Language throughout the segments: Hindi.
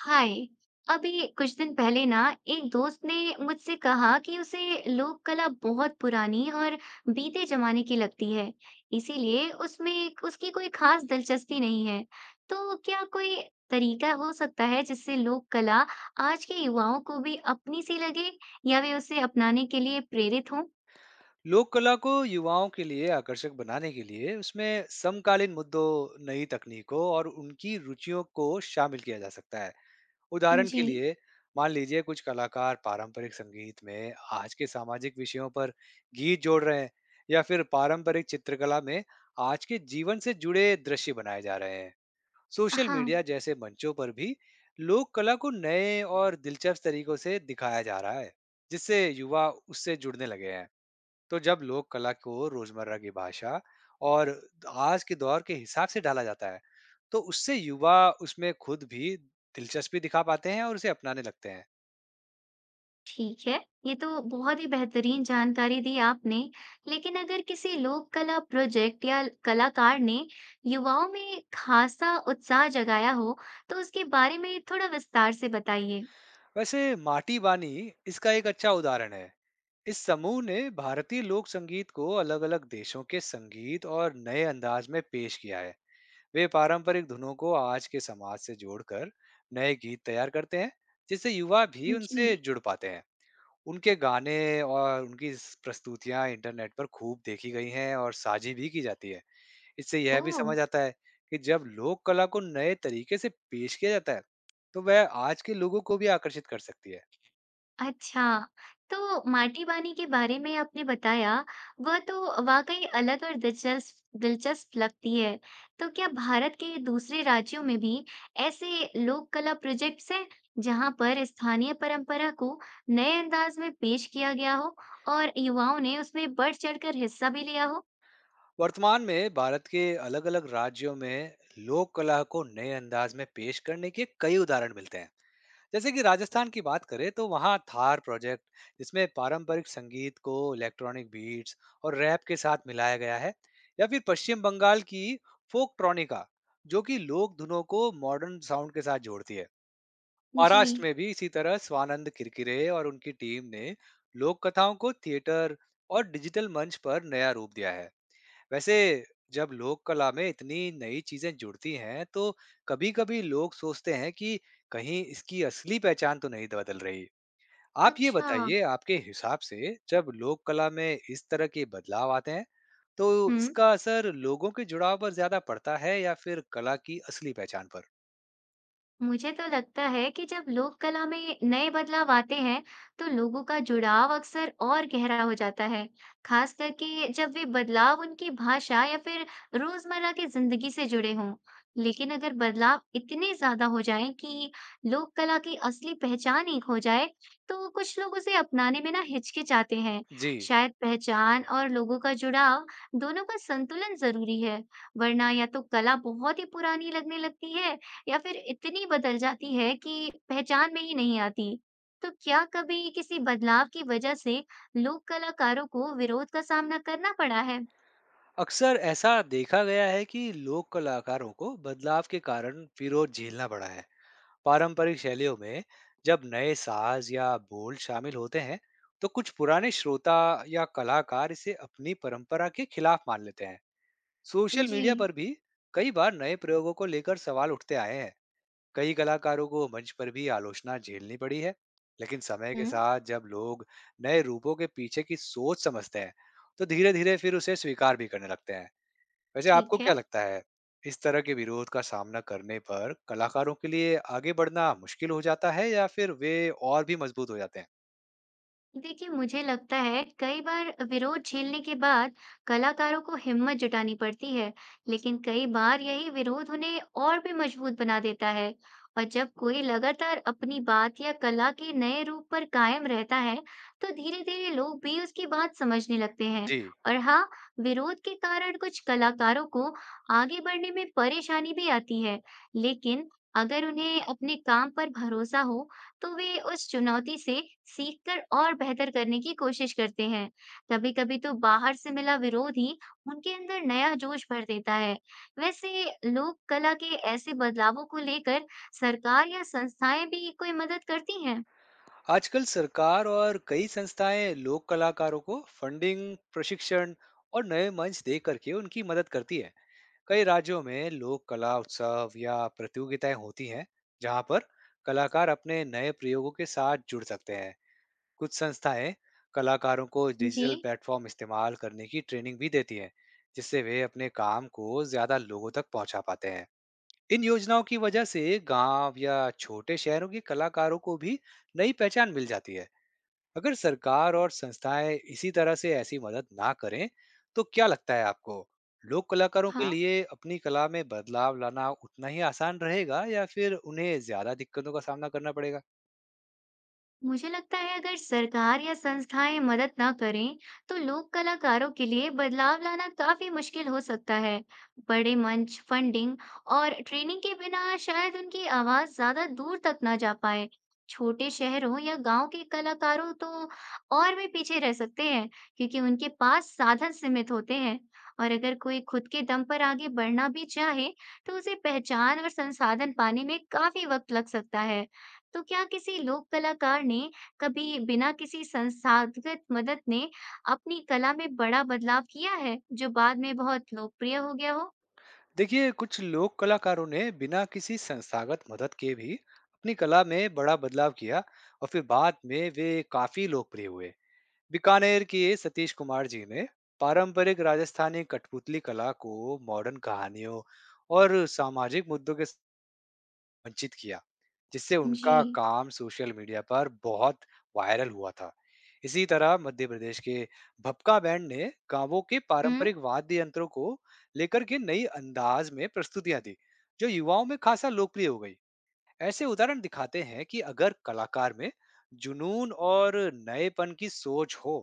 हाय। अभी कुछ दिन पहले ना, एक दोस्त ने मुझसे कहा कि उसे लोक कला बहुत पुरानी और बीते जमाने की लगती है, इसीलिए उसमें उसकी कोई खास दिलचस्पी नहीं है। तो क्या कोई तरीका हो सकता है जिससे लोक कला आज के युवाओं को भी अपनी सी लगे या वे उसे अपनाने के लिए प्रेरित हों? लोक कला को युवाओं के लिए आकर्षक बनाने के लिए उसमें समकालीन मुद्दों, नई तकनीकों और उनकी रुचियों को शामिल किया जा सकता है। उदाहरण के जी लिए, मान लीजिए कुछ कलाकार पारंपरिक संगीत में आज के सामाजिक विषयों पर गीत जोड़ रहे हैं, या फिर पारंपरिक चित्रकला में आज के जीवन से जुड़े दृश्य बनाए जा रहे हैं। सोशल मीडिया हाँ। जैसे मंचों पर भी लोक कला को नए और दिलचस्प तरीकों से दिखाया जा रहा है, जिससे युवा उससे जुड़ने लगे हैं। तो जब लोक कला को रोजमर्रा की भाषा और आज के दौर के हिसाब से ढाला जाता है तो उससे युवा उसमें खुद भी दिलचस्पी दिखा पाते हैं और उसे अपनाने लगते हैं। ठीक है, ये तो बहुत ही बेहतरीन जानकारी दी आपने। लेकिन अगर किसी लोक कला प्रोजेक्ट या कलाकार ने युवाओं में खासा उत्साह जगाया हो, तो उसके बारे में थोड़ा विस्तार से बताइए। वैसे, माटी बानी इसका एक अच्छा उदाहरण है। इस समूह ने भारतीय लोक संगीत को अलग अलग देशों के संगीत और नए अंदाज में पेश किया है। वे पारंपरिक धुनों को आज के समाज से जोड़कर नए गीत तैयार करते हैं, जिससे युवा भी जी। उनसे जुड़ पाते हैं। उनके गाने और उनकी स प्रस्तुतियाँ इंटरनेट पर खूब देखी गई हैं और साझी भी की जाती है। इससे यह भी ओह! समझ आता है कि जब लोक कला को नए तरीके से पेश किया जाता है, तो वह आज के लोगों को भी आकर्षित कर सकती है। अच्छा, तो माटीबानी के बारे में आपने बताया, वह तो वाकई अलग और दिलचस्प दिलचस्प लगती है। तो क्या भारत के दूसरे राज्यों में भी ऐसे लोक कला प्रोजेक्ट्स हैं, जहां पर स्थानीय परंपरा को नए अंदाज में पेश किया गया हो और युवाओं ने उसमें बढ़ चढ़कर हिस्सा भी लिया हो? वर्तमान में भारत के अलग-अलग राज्यों में लोक कला को नए अंदाज में पेश करने के कई उदाहरण मिलते हैं। जैसे कि राजस्थान की बात करें तो वहाँ थार प्रोजेक्ट, जिसमें पारंपरिक संगीत को इलेक्ट्रॉनिक बीट्स और रैप के साथ मिलाया गया है, या फिर पश्चिम बंगाल की फोक ट्रॉनिका, जो कि लोक धुनों को मॉडर्न साउंड के साथ जोड़ती है। जी। महाराष्ट्र में भी इसी तरह स्वानंद किरकिरे और उनकी टीम ने लोक कथाओं को थिएटर और डिजिटल मंच पर नया रूप दिया है। वैसे, जब लोक कला में इतनी नई चीजें जुड़ती हैं तो कभी-कभी लोग सोचते हैं कि कहीं इसकी असली पहचान तो नहीं बदल रही। आप ये अच्छा। बताइए, आपके हिसाब से जब लोक कला में इस तरह के बदलाव आते हैं तो हुँ। इसका असर लोगों के जुड़ाव पर ज्यादा पड़ता है या फिर कला की असली पहचान पर? मुझे तो लगता है कि जब लोक कला में नए बदलाव आते हैं, तो लोगों का जुड़ाव अक्सर और गहरा हो जाता है, खास करके जब वे बदलाव उनकी भाषा या फिर रोजमर्रा की जिंदगी से जुड़े हों। लेकिन अगर बदलाव इतने ज्यादा हो जाएं कि लोक कला की असली पहचान ही खो जाए, तो कुछ लोग उसे अपनाने में ना हिचकिचाते हैं। जी, शायद पहचान और लोगों का जुड़ाव दोनों का संतुलन जरूरी है, वरना या तो कला बहुत ही पुरानी लगने लगती है या फिर इतनी बदल जाती है कि पहचान में ही नहीं आती। तो क्या कभी किसी बदलाव की वजह से लोक कलाकारों को विरोध का सामना करना पड़ा है? अक्सर ऐसा देखा गया है कि लोक कलाकारों को बदलाव के कारण विरोध झेलना पड़ा है। पारंपरिक शैलियों में जब नए साज या बोल शामिल होते हैं तो कुछ पुराने श्रोता या कलाकार इसे अपनी परंपरा के खिलाफ मान लेते हैं। सोशल जी, मीडिया पर भी कई बार नए प्रयोगों को लेकर सवाल उठते आए हैं। कई कलाकारों को मंच पर भी आलोचना झेलनी पड़ी है, लेकिन समय के हुँ, साथ जब लोग नए रूपों के पीछे की सोच समझते हैं तो धीरे धीरे फिर उसे स्वीकार भी करने लगते हैं। वैसे, आपको ठीक है। क्या लगता है, इस तरह के विरोध का सामना करने पर कलाकारों के लिए आगे बढ़ना मुश्किल हो जाता है या फिर वे और भी मजबूत हो जाते हैं? देखिए मुझे लगता है कई बार विरोध झेलने के बाद कलाकारों को हिम्मत जुटानी पड़ती है, लेकिन कई बार यही विरोध उन्हें और भी मजबूत बना देता है। और जब कोई लगातार अपनी बात या कला के नए रूप पर कायम रहता है, तो धीरे-धीरे लोग भी उसकी बात समझने लगते हैं। जी, और हाँ, विरोध के कारण कुछ कलाकारों को आगे बढ़ने में परेशानी भी आती है, लेकिन अगर उन्हें अपने काम पर भरोसा हो तो वे उस चुनौती से सीखकर और बेहतर करने की कोशिश करते हैं। कभी-कभी तो बाहर से मिला विरोध ही उनके अंदर नया जोश भर देता है। वैसे लोक कला के ऐसे बदलावों को लेकर सरकार या संस्थाएं भी कोई मदद करती हैं? आजकल सरकार और कई संस्थाएं लोक कलाकारों को फंडिंग, प्रशिक्षण और नए मंच दे करके उनकी मदद करती है। कई राज्यों में लोक कला उत्सव या प्रतियोगिताएं होती हैं जहां पर कलाकार अपने नए प्रयोगों के साथ जुड़ सकते हैं। कुछ संस्थाएं कलाकारों को जी, डिजिटल प्लेटफॉर्म इस्तेमाल करने की ट्रेनिंग भी देती हैं, जिससे वे अपने काम को ज्यादा लोगों तक पहुंचा पाते हैं। इन योजनाओं की वजह से गांव या छोटे शहरों के कलाकारों को भी नई पहचान मिल जाती है। अगर सरकार और संस्थाएं इसी तरह से ऐसी मदद ना करें, तो क्या लगता है आपको? लोक कलाकारों के हाँ। लिए अपनी कला में बदलाव लाना उतना ही आसान रहेगा या फिर उन्हें ज्यादा दिक्कतों का सामना करना पड़ेगा? मुझे लगता है अगर सरकार या संस्थाएं मदद ना करें तो लोक कलाकारों के लिए बदलाव लाना काफी मुश्किल हो सकता है। बड़े मंच, फंडिंग और ट्रेनिंग के बिना शायद उनकी आवाज ज्यादा दूर तक ना जा पाए। छोटे शहरों या गांव के कलाकारों तो और भी पीछे रह सकते हैं क्योंकि उनके पास साधन सीमित होते हैं। और अगर कोई खुद के दम पर आगे बढ़ना भी चाहे तो उसे पहचान और संसाधन पाने में काफी वक्त लग सकता है। तो क्या किसी लोक कलाकार ने कभी बिना किसी संस्थागत मदद ने अपनी कला में बड़ा बदलाव किया है जो बाद में बहुत लोकप्रिय हो गया हो? देखिए, कुछ लोक कलाकारों ने बिना किसी संस्थागत मदद के भी अपनी कला में बड़ा बदलाव किया और फिर बाद में वे काफी लोकप्रिय हुए। बीकानेर के सतीश कुमार जी ने पारंपरिक राजस्थानी कठपुतली कला को मॉडर्न कहानियों और सामाजिक मुद्दों के वंचित किया, जिससे जी। उनका काम सोशल मीडिया पर बहुत वायरल हुआ था। इसी तरह मध्य प्रदेश के भपका बैंड ने गाँवों के हम्म। पारंपरिक वाद्य यंत्रों को लेकर के नई अंदाज में प्रस्तुतियां दी, जो युवाओं में खासा लोकप्रिय हो गई। ऐसे उदाहरण दिखाते हैं कि अगर कलाकार में जुनून और नएपन की सोच हो,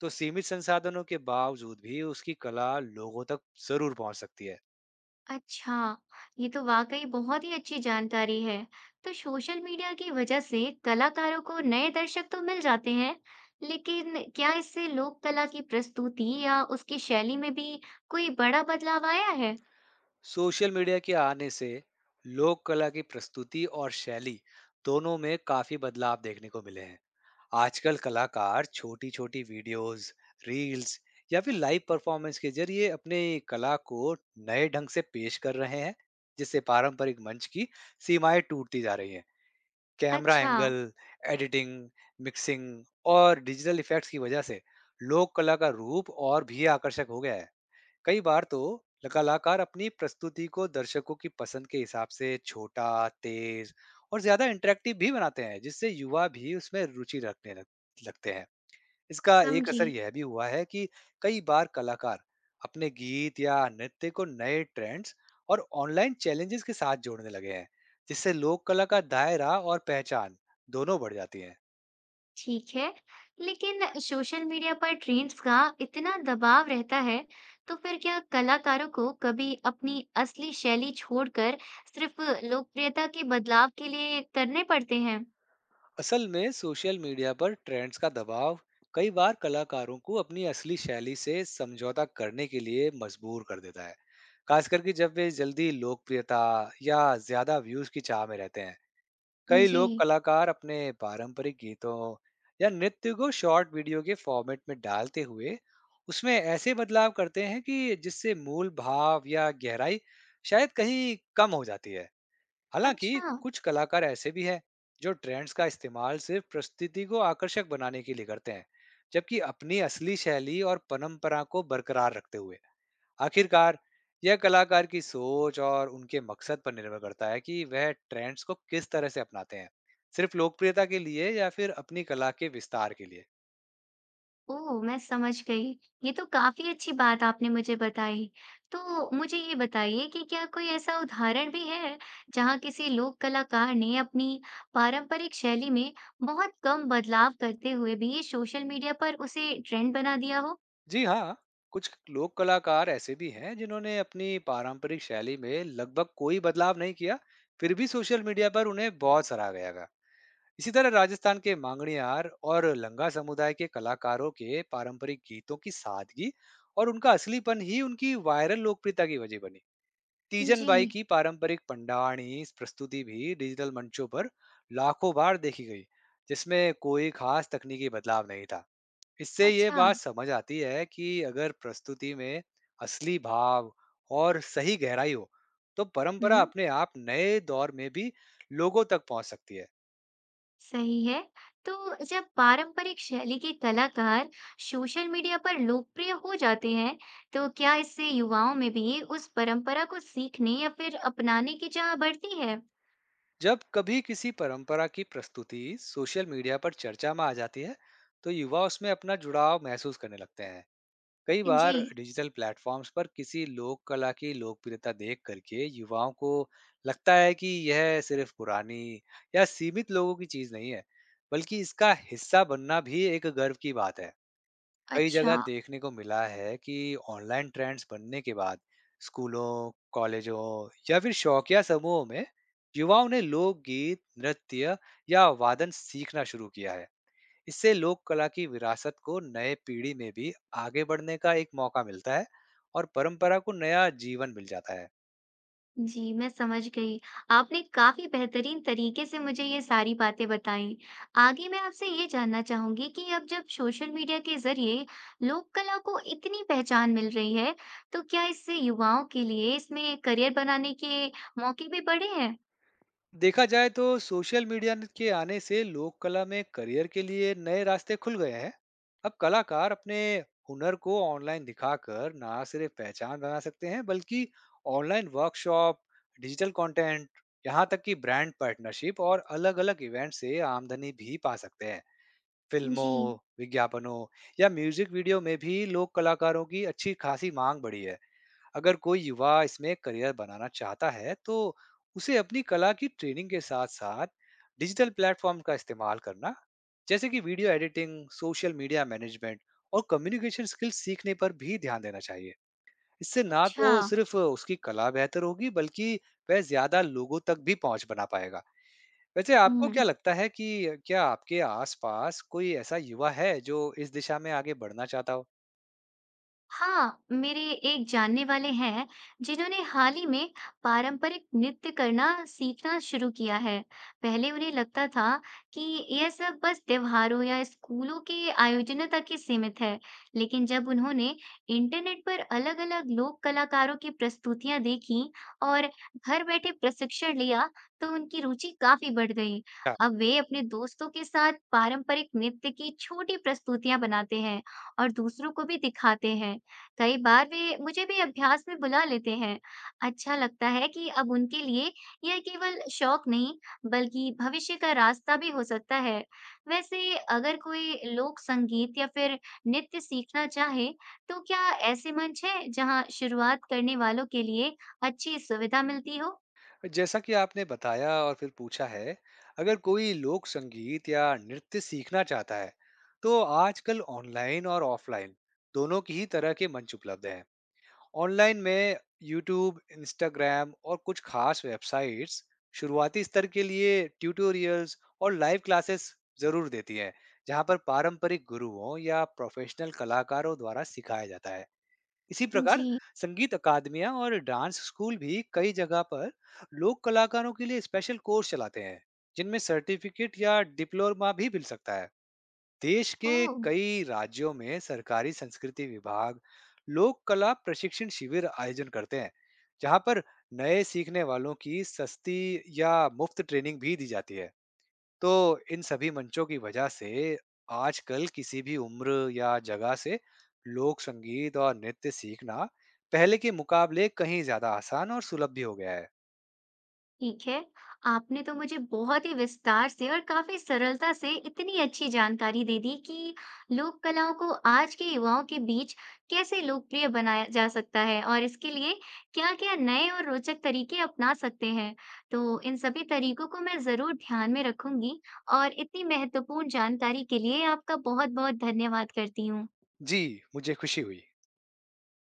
तो सीमित संसाधनों के बावजूद भी उसकी कला लोगों तक जरूर पहुंच सकती है। अच्छा, ये तो वाकई बहुत ही अच्छी जानकारी है। तो सोशल मीडिया की वजह से कलाकारों को नए दर्शक तो मिल जाते हैं, लेकिन क्या इससे लोक कला की प्रस्तुति या उसकी शैली में भी कोई बड़ा बदलाव आया है? सोशल मीडिया के आने से लोक कला की प्रस्तुति और शैली दोनों में काफी बदलाव देखने को मिले हैं। आजकल कलाकार छोटी छोटी वीडियोस, रील्स या फिर लाइव परफॉर्मेंस के जरिए अपने कला को नए ढंग से पेश कर रहे हैं, जिससे पारंपरिक मंच की सीमाएं टूटती जा रही हैं। कैमरा अच्छा। एंगल, एडिटिंग, मिक्सिंग और डिजिटल इफेक्ट्स की वजह से लोक कला का रूप और भी आकर्षक हो गया है। कई बार तो कलाकार अपनी प्रस्तुति को दर्शकों की पसंद के हिसाब से छोटा, तेज और ज्यादा इंटरेक्टिव भी बनाते हैं जिससे युवा भी उसमें रुचि रखने लगते हैं। इसका एक समझी। असर यह भी हुआ है कि कई बार कलाकार अपने गीत या नृत्य को नए ट्रेंड्स और ऑनलाइन चैलेंजेस के साथ जोड़ने लगे हैं, जिससे लोक कला का दायरा और पहचान दोनों बढ़ जाती है। ठीक है, लेकिन सोशल मीडिया पर ट्रेंड्स का इतना दबाव रहता है, तो फिर क्या कलाकारों को कभी अपनी असली शैली छोड़कर सिर्फ लोकप्रियता के बदलाव के लिए करने पड़ते हैं? असल में सोशल मीडिया पर ट्रेंड्स का दबाव कई बार कलाकारों को अपनी असली शैली से समझौता करने के लिए मजबूर कर देता है, खास करके जब वे जल्दी लोकप्रियता या ज्यादा व्यूज की चाह में रहते हैं। कई जी। लोग कलाकार अपने पारंपरिक गीतों या नृत्य को शॉर्ट वीडियो के फॉर्मेट में डालते हुए उसमें ऐसे बदलाव करते हैं कि जिससे मूल भाव या गहराई शायद कहीं कम हो जाती है। हालांकि अच्छा। कुछ कलाकार ऐसे भी हैं जो ट्रेंड्स का इस्तेमाल सिर्फ प्रस्तुति को आकर्षक बनाने के लिए करते हैं, जबकि अपनी असली शैली और परंपरा को बरकरार रखते हुए। आखिरकार, यह कलाकार की सोच और उनके मकसद पर निर्भर करता है कि वह ट्रेंड्स को किस तरह से अपनाते हैं, सिर्फ लोकप्रियता के लिए या फिर अपनी कला के विस्तार के लिए। ओह! मैं समझ गई। ये तो काफ़ी अच्छी बात आपने मुझे बताई। तो मुझे ये बताइए कि क्या कोई ऐसा उदाहरण भी है, जहाँ किसी लोक कलाकार ने अपनी पारंपरिक शैली में बहुत कम बदलाव करते हुए भी सोशल मीडिया पर उसे ट्रेंड बना दिया हो? जी हाँ, कुछ लोक कलाकार ऐसे भी हैं जिन्होंने अपनी पारंपरिक शैली में लगभग कोई बदलाव नहीं किया, फिर भी सोशल मीडिया पर उन्हें बहुत सराहा गया था। इसी तरह राजस्थान के मांगणियार और लंगा समुदाय के कलाकारों के पारंपरिक गीतों की सादगी और उनका असलीपन ही उनकी वायरल लोकप्रियता की वजह बनी। तीजन जी। बाई की पारंपरिक पंडाणी प्रस्तुति भी डिजिटल मंचों पर लाखों बार देखी गई, जिसमें कोई खास तकनीकी बदलाव नहीं था। इससे ये अच्छा। बात समझ आती है कि अगर प्रस्तुति में असली भाव और सही गहराई हो तो परंपरा हुँ। अपने आप नए दौर में भी लोगों तक पहुंच सकती है। सही है। तो जब पारंपरिक शैली के कलाकार सोशल मीडिया पर लोकप्रिय हो जाते हैं तो क्या इससे युवाओं में भी उस परंपरा को सीखने या फिर अपनाने की चाह बढ़ती है? जब कभी किसी परंपरा की प्रस्तुति सोशल मीडिया पर चर्चा में आ जाती है, तो युवा उसमें अपना जुड़ाव महसूस करने लगते हैं। कई जी। बार डिजिटल प्लेटफॉर्म्स पर किसी लोक कला की लोकप्रियता देख करके युवाओं को लगता है कि यह सिर्फ पुरानी या सीमित लोगों की चीज नहीं है, बल्कि इसका हिस्सा बनना भी एक गर्व की बात है। कई अच्छा। जगह देखने को मिला है कि ऑनलाइन ट्रेंड्स बनने के बाद स्कूलों, कॉलेजों या फिर शौकिया समूहों में युवाओं ने लोकगीत, नृत्य या वादन सीखना शुरू किया है। इससे लोक कला की विरासत को नए पीढ़ी में भी आगे बढ़ने का एक मौका मिलता है और परंपरा को नया जीवन मिल जाता है। जी, मैं समझ गई। आपने काफ़ी बेहतरीन तरीके से मुझे ये सारी बातें बताईं। आगे मैं आपसे ये जानना चाहूँगी कि अब जब सोशल मीडिया के ज़रिए लोक कला को इतनी पहचान मिल रही है, तो क्या इससे युवाओं के लिए इसमें करियर बनाने के मौके भी बढ़े हैं? देखा जाए तो सोशल मीडिया के आने से लोक कला में करियर के लिए नए रास्ते खुल गए हैं। अब कलाकार अपने हुनर को ऑनलाइन दिखाकर ना सिर्फ पहचान बना सकते हैं बल्कि ऑनलाइन वर्कशॉप, डिजिटल कंटेंट, यहाँ तक कि ब्रांड पार्टनरशिप और अलग अलग इवेंट से आमदनी भी पा सकते हैं। जी, फिल्मों, विज्ञापनों या म्यूजिक वीडियो में भी लोक कलाकारों की अच्छी खासी मांग बढ़ी है। अगर कोई युवा इसमें करियर बनाना चाहता है तो उसे अपनी कला की ट्रेनिंग के साथ साथ डिजिटल प्लेटफॉर्म का इस्तेमाल करना, जैसे कि video editing, social media management और कम्युनिकेशन स्किल्स सीखने पर भी ध्यान देना चाहिए। इससे ना अच्छा। तो सिर्फ उसकी कला बेहतर होगी बल्कि वह ज्यादा लोगों तक भी पहुंच बना पाएगा। वैसे, आपको हुँ। क्या लगता है कि क्या आपके आसपास कोई ऐसा युवा है जो इस दिशा में आगे बढ़ना चाहता हो? हाँ, मेरे एक जानने वाले हैं जिन्होंने हाल ही में पारंपरिक नृत्य करना सीखना शुरू किया है। पहले उन्हें लगता था कि यह सब बस त्योहारों या स्कूलों के आयोजनों तक ही सीमित है, लेकिन जब उन्होंने इंटरनेट पर अलग-अलग लोक कलाकारों की प्रस्तुतियां देखी और घर बैठे प्रशिक्षण लिया, तो उनकी रुचि काफी बढ़ गई। अब वे अपने दोस्तों के साथ पारंपरिक नृत्य की छोटी प्रस्तुतियां बनाते हैं और दूसरों को भी दिखाते हैं। कई बार वे मुझे भी अभ्यास में बुला लेते हैं। अच्छा लगता है कि अब उनके लिए यह केवल शौक नहीं, बल्कि भविष्य का रास्ता भी हो सकता है। वैसे अगर कोई लोक संगीत या फिर नृत्य सीखना चाहे, तो क्या ऐसे मंच हैं जहां शुरुआत करने वालों के लिए अच्छी सुविधा मिलती हो? जैसा कि आपने बताया और फिर पूछा है, अगर कोई लोक संगीत या नृत्य सीखना चाहता है, तो आजकल ऑनलाइन और ऑफलाइन दोनों की ही तरह के मंच उपलब्ध हैं। ऑनलाइन में यूट्यूब, इंस्टाग्राम और कुछ खास वेबसाइट्स शुरुआती स्तर के लिए ट्यूटोरियल्स और लाइव क्लासेस जरूर देती हैं, जहां पर पारंपरिक गुरुओं या प्रोफेशनल कलाकारों द्वारा सिखाया जाता है। इसी प्रकार जी। संगीत अकादमियां और डांस स्कूल भी कई जगह पर लोक कलाकारों के लिए स्पेशल कोर्स चलाते हैं जिनमें सर्टिफिकेट या डिप्लोमा भी मिल सकता है। देश के ओह! कई राज्यों में सरकारी संस्कृति विभाग लोक कला प्रशिक्षण शिविर आयोजन करते हैं, जहां पर नए सीखने वालों की सस्ती या मुफ्त ट्रेनिंग भी दी जाती है। तो इन सभी मंचों की वजह से आजकल किसी भी उम्र या जगह से लोक संगीत और नृत्य सीखना पहले के मुकाबले कहीं ज्यादा आसान और सुलभ भी हो गया है। ठीक है, आपने तो मुझे बहुत ही विस्तार से और काफी सरलता से इतनी अच्छी जानकारी दे दी कि लोक कलाओं को आज के युवाओं के बीच कैसे लोकप्रिय बनाया जा सकता है और इसके लिए क्या-क्या नए और रोचक तरीके अपना सकते हैं। तो इन सभी तरीकों को मैं जरूर ध्यान में रखूंगी और इतनी महत्वपूर्ण जानकारी के लिए आपका बहुत-बहुत धन्यवाद करती हूँ। जी, मुझे खुशी हुई।